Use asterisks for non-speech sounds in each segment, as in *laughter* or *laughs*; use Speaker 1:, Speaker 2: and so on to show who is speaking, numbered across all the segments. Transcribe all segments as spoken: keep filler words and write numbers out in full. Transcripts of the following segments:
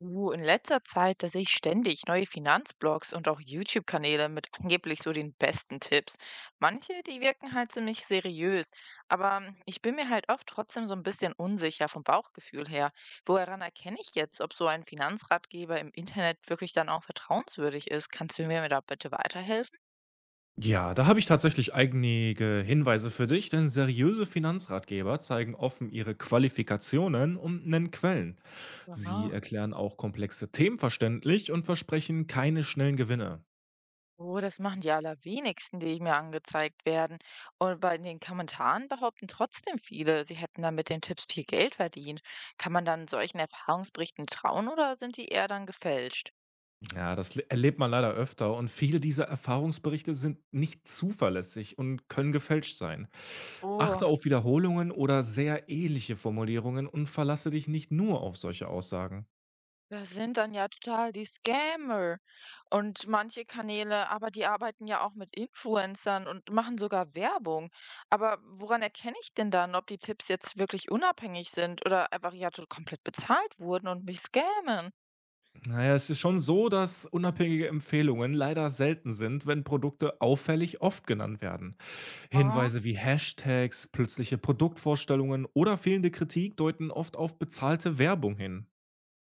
Speaker 1: Du, in letzter Zeit, da sehe ich ständig neue Finanzblogs und auch YouTube-Kanäle mit angeblich so den besten Tipps. Manche, die wirken halt ziemlich seriös, aber ähm, ich bin mir halt oft trotzdem so ein bisschen unsicher vom Bauchgefühl her. Woran erkenne ich jetzt, ob so ein Finanzratgeber im Internet wirklich dann auch vertrauenswürdig ist? Kannst du mir da bitte weiterhelfen?
Speaker 2: Ja, da habe ich tatsächlich einige Hinweise für dich, denn seriöse Finanzratgeber zeigen offen ihre Qualifikationen und nennen Quellen. Sie
Speaker 1: Aha.
Speaker 2: erklären auch komplexe Themen verständlich und versprechen keine schnellen Gewinne.
Speaker 1: Oh, das machen die allerwenigsten, die mir angezeigt werden. Und bei den Kommentaren behaupten trotzdem viele, sie hätten dann mit den Tipps viel Geld verdient. Kann man dann solchen Erfahrungsberichten trauen oder sind die eher dann gefälscht?
Speaker 2: Ja, das le- erlebt man leider öfter, und viele dieser Erfahrungsberichte sind nicht zuverlässig und können gefälscht sein. Achte
Speaker 1: Oh,
Speaker 2: auf Wiederholungen oder sehr ähnliche Formulierungen und verlasse dich nicht nur auf solche Aussagen.
Speaker 1: das sind dann ja total die Scammer. Und manche Kanäle, aber die arbeiten ja auch mit Influencern und machen sogar Werbung. Aber woran erkenne ich denn dann, ob die Tipps jetzt wirklich unabhängig sind oder einfach ja to- komplett bezahlt wurden und mich scammen?
Speaker 2: Na ja, es ist schon so, dass unabhängige Empfehlungen leider selten sind, wenn Produkte auffällig oft genannt werden. Hinweise wie Hashtags, plötzliche Produktvorstellungen oder fehlende Kritik deuten oft auf bezahlte Werbung hin.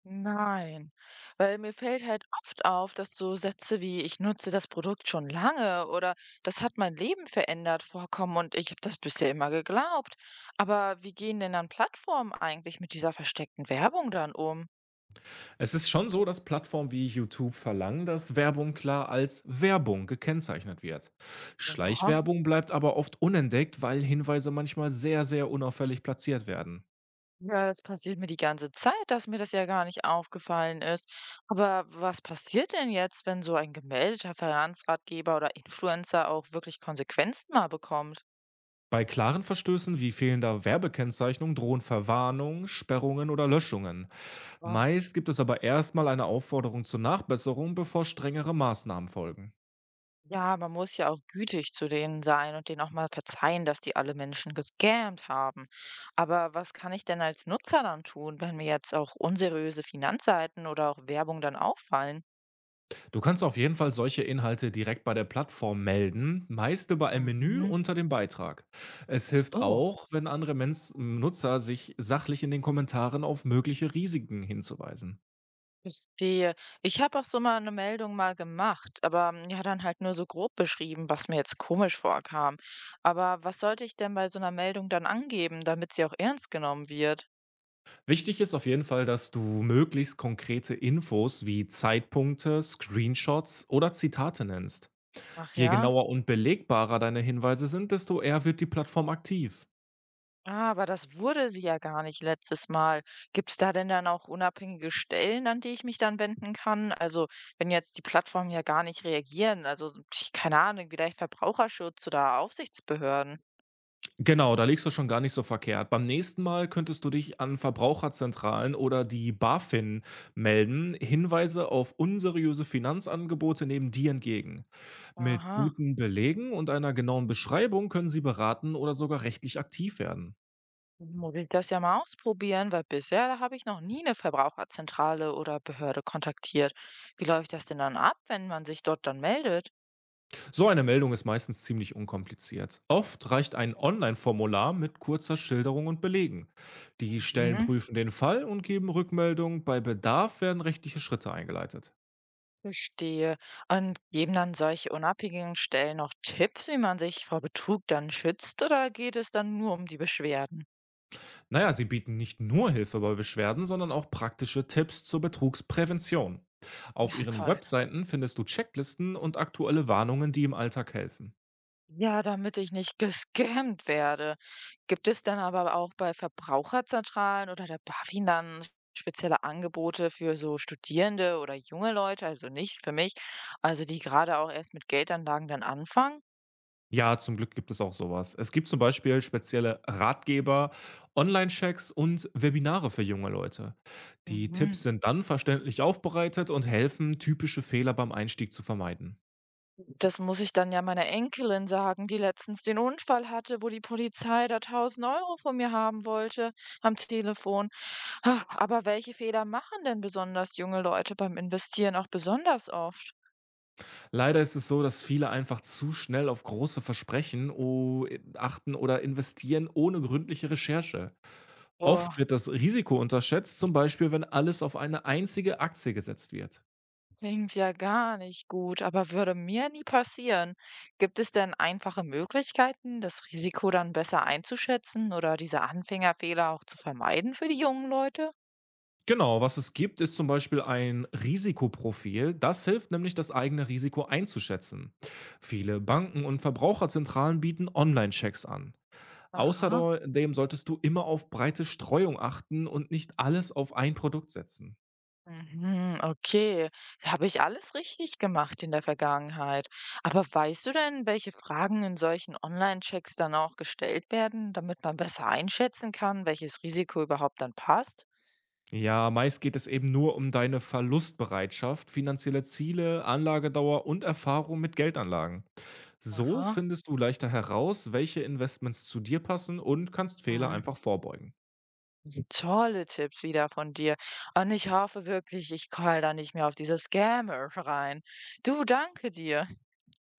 Speaker 1: Nein, weil mir fällt halt oft auf, dass so Sätze wie ich nutze das Produkt schon lange oder das hat mein Leben verändert vorkommen und ich habe das bisher immer geglaubt. Aber wie gehen denn dann Plattformen eigentlich mit dieser versteckten Werbung dann um?
Speaker 2: Es ist schon so, dass Plattformen wie YouTube verlangen, dass Werbung klar als Werbung gekennzeichnet wird.
Speaker 1: Aha.
Speaker 2: Schleichwerbung bleibt aber oft unentdeckt, weil Hinweise manchmal sehr, sehr unauffällig platziert werden.
Speaker 1: Ja, das passiert mir die ganze Zeit, dass mir das ja gar nicht aufgefallen ist. Aber was passiert denn jetzt, wenn so ein gemeldeter Finanzratgeber oder Influencer auch wirklich Konsequenzen mal bekommt?
Speaker 2: Bei klaren Verstößen wie fehlender Werbekennzeichnung drohen Verwarnungen, Sperrungen oder Löschungen. Meist gibt es aber erstmal eine Aufforderung zur Nachbesserung, bevor strengere Maßnahmen folgen.
Speaker 1: Ja, man muss ja auch gütig zu denen sein und denen auch mal verzeihen, dass die alle Menschen gescammt haben. Aber was kann ich denn als Nutzer dann tun, wenn mir jetzt auch unseriöse Finanzseiten oder auch Werbung dann auffallen?
Speaker 2: Du kannst auf jeden Fall solche Inhalte direkt bei der Plattform melden, meist über ein Menü
Speaker 1: Mhm.
Speaker 2: unter dem Beitrag. Es
Speaker 1: Ach
Speaker 2: hilft
Speaker 1: so,
Speaker 2: auch, wenn andere Mens Nutzer sich sachlich in den Kommentaren auf mögliche Risiken hinzuweisen.
Speaker 1: verstehe. Ich habe auch so mal eine Meldung mal gemacht, aber mm, ja, dann halt nur so grob beschrieben, was mir jetzt komisch vorkam. Aber was sollte ich denn bei so einer Meldung dann angeben, damit sie auch ernst genommen wird?
Speaker 2: Wichtig ist auf jeden Fall, dass du möglichst konkrete Infos wie Zeitpunkte, Screenshots oder Zitate nennst.
Speaker 1: Ach
Speaker 2: Je
Speaker 1: ja.
Speaker 2: genauer und belegbarer deine Hinweise sind, desto eher wird die Plattform aktiv.
Speaker 1: Ah, aber das wurde sie ja gar nicht letztes Mal. Gibt es da denn dann auch unabhängige Stellen, an die ich mich dann wenden kann? Also, wenn jetzt die Plattformen ja gar nicht reagieren, also ich- keine Ahnung, vielleicht Verbraucherschutz oder Aufsichtsbehörden.
Speaker 2: Genau, da liegst du schon gar nicht so verkehrt. Beim nächsten Mal könntest du dich an Verbraucherzentralen oder die BaFin melden. Hinweise auf unseriöse Finanzangebote nehmen die entgegen. Mit
Speaker 1: Aha,
Speaker 2: guten Belegen und einer genauen Beschreibung können sie beraten oder sogar rechtlich aktiv werden.
Speaker 1: muss ich das ja mal ausprobieren, weil bisher habe ich noch nie eine Verbraucherzentrale oder Behörde kontaktiert. Wie läuft das denn dann ab, wenn man sich dort dann meldet?
Speaker 2: So eine Meldung ist meistens ziemlich unkompliziert. Oft reicht ein Online-Formular mit kurzer Schilderung und Belegen. Die Stellen
Speaker 1: Mhm.
Speaker 2: prüfen den Fall und geben Rückmeldung. Bei Bedarf werden rechtliche Schritte eingeleitet.
Speaker 1: Verstehe. Und geben dann solche unabhängigen Stellen noch Tipps, wie man sich vor Betrug dann schützt, oder geht es dann nur um die Beschwerden?
Speaker 2: Naja, sie bieten nicht nur Hilfe bei Beschwerden, sondern auch praktische Tipps zur Betrugsprävention. Auf
Speaker 1: Ah,
Speaker 2: ihren
Speaker 1: toll.
Speaker 2: Webseiten findest du Checklisten und aktuelle Warnungen, die im Alltag helfen.
Speaker 1: Ja, damit ich nicht *laughs* gescammt werde. Gibt es dann aber auch bei Verbraucherzentralen oder der BaFin dann spezielle Angebote für so Studierende oder junge Leute, also nicht für mich, also die gerade auch erst mit Geldanlagen dann anfangen?
Speaker 2: Ja, zum Glück gibt es auch sowas. Es gibt zum Beispiel spezielle Ratgeber, Online-Checks und Webinare für junge Leute. Die Tipps
Speaker 1: Mhm.
Speaker 2: sind dann verständlich aufbereitet und helfen, typische Fehler beim Einstieg zu vermeiden.
Speaker 1: Das muss ich dann ja meiner Enkelin sagen, die letztens den Unfall hatte, wo die Polizei da tausend Euro von mir haben wollte am Telefon. Ha, aber welche Fehler machen denn besonders junge Leute beim Investieren auch besonders oft?
Speaker 2: Leider ist es so, dass viele einfach zu schnell auf große Versprechen o- achten oder investieren ohne gründliche Recherche. Oft
Speaker 1: Boah,
Speaker 2: wird das Risiko unterschätzt, zum Beispiel wenn alles auf eine einzige Aktie gesetzt wird.
Speaker 1: klingt ja gar nicht gut, aber würde mir nie passieren. Gibt es denn einfache Möglichkeiten, das Risiko dann besser einzuschätzen oder diese Anfängerfehler auch zu vermeiden für die jungen Leute?
Speaker 2: Genau, was es gibt, ist zum Beispiel ein Risikoprofil. Das hilft nämlich, das eigene Risiko einzuschätzen. Viele Banken und Verbraucherzentralen bieten Online-Checks an.
Speaker 1: Aha.
Speaker 2: Außerdem solltest du immer auf breite Streuung achten und nicht alles auf ein Produkt setzen.
Speaker 1: Mhm, okay. Habe ich alles richtig gemacht in der Vergangenheit. Aber weißt du denn, welche Fragen in solchen Online-Checks dann auch gestellt werden, damit man besser einschätzen kann, welches Risiko überhaupt dann passt?
Speaker 2: Ja, meist geht es eben nur um deine Verlustbereitschaft, finanzielle Ziele, Anlagedauer und Erfahrung mit Geldanlagen. So
Speaker 1: Aha.
Speaker 2: findest du leichter heraus, welche Investments zu dir passen, und kannst Fehler einfach
Speaker 1: Mhm.
Speaker 2: vorbeugen.
Speaker 1: Tolle Tipps wieder von dir. Und ich hoffe wirklich, ich falle da nicht mehr auf diese Scammer rein. Du, danke dir.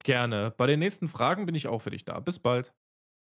Speaker 2: Gerne. Bei den nächsten Fragen bin ich auch für dich da. Bis bald.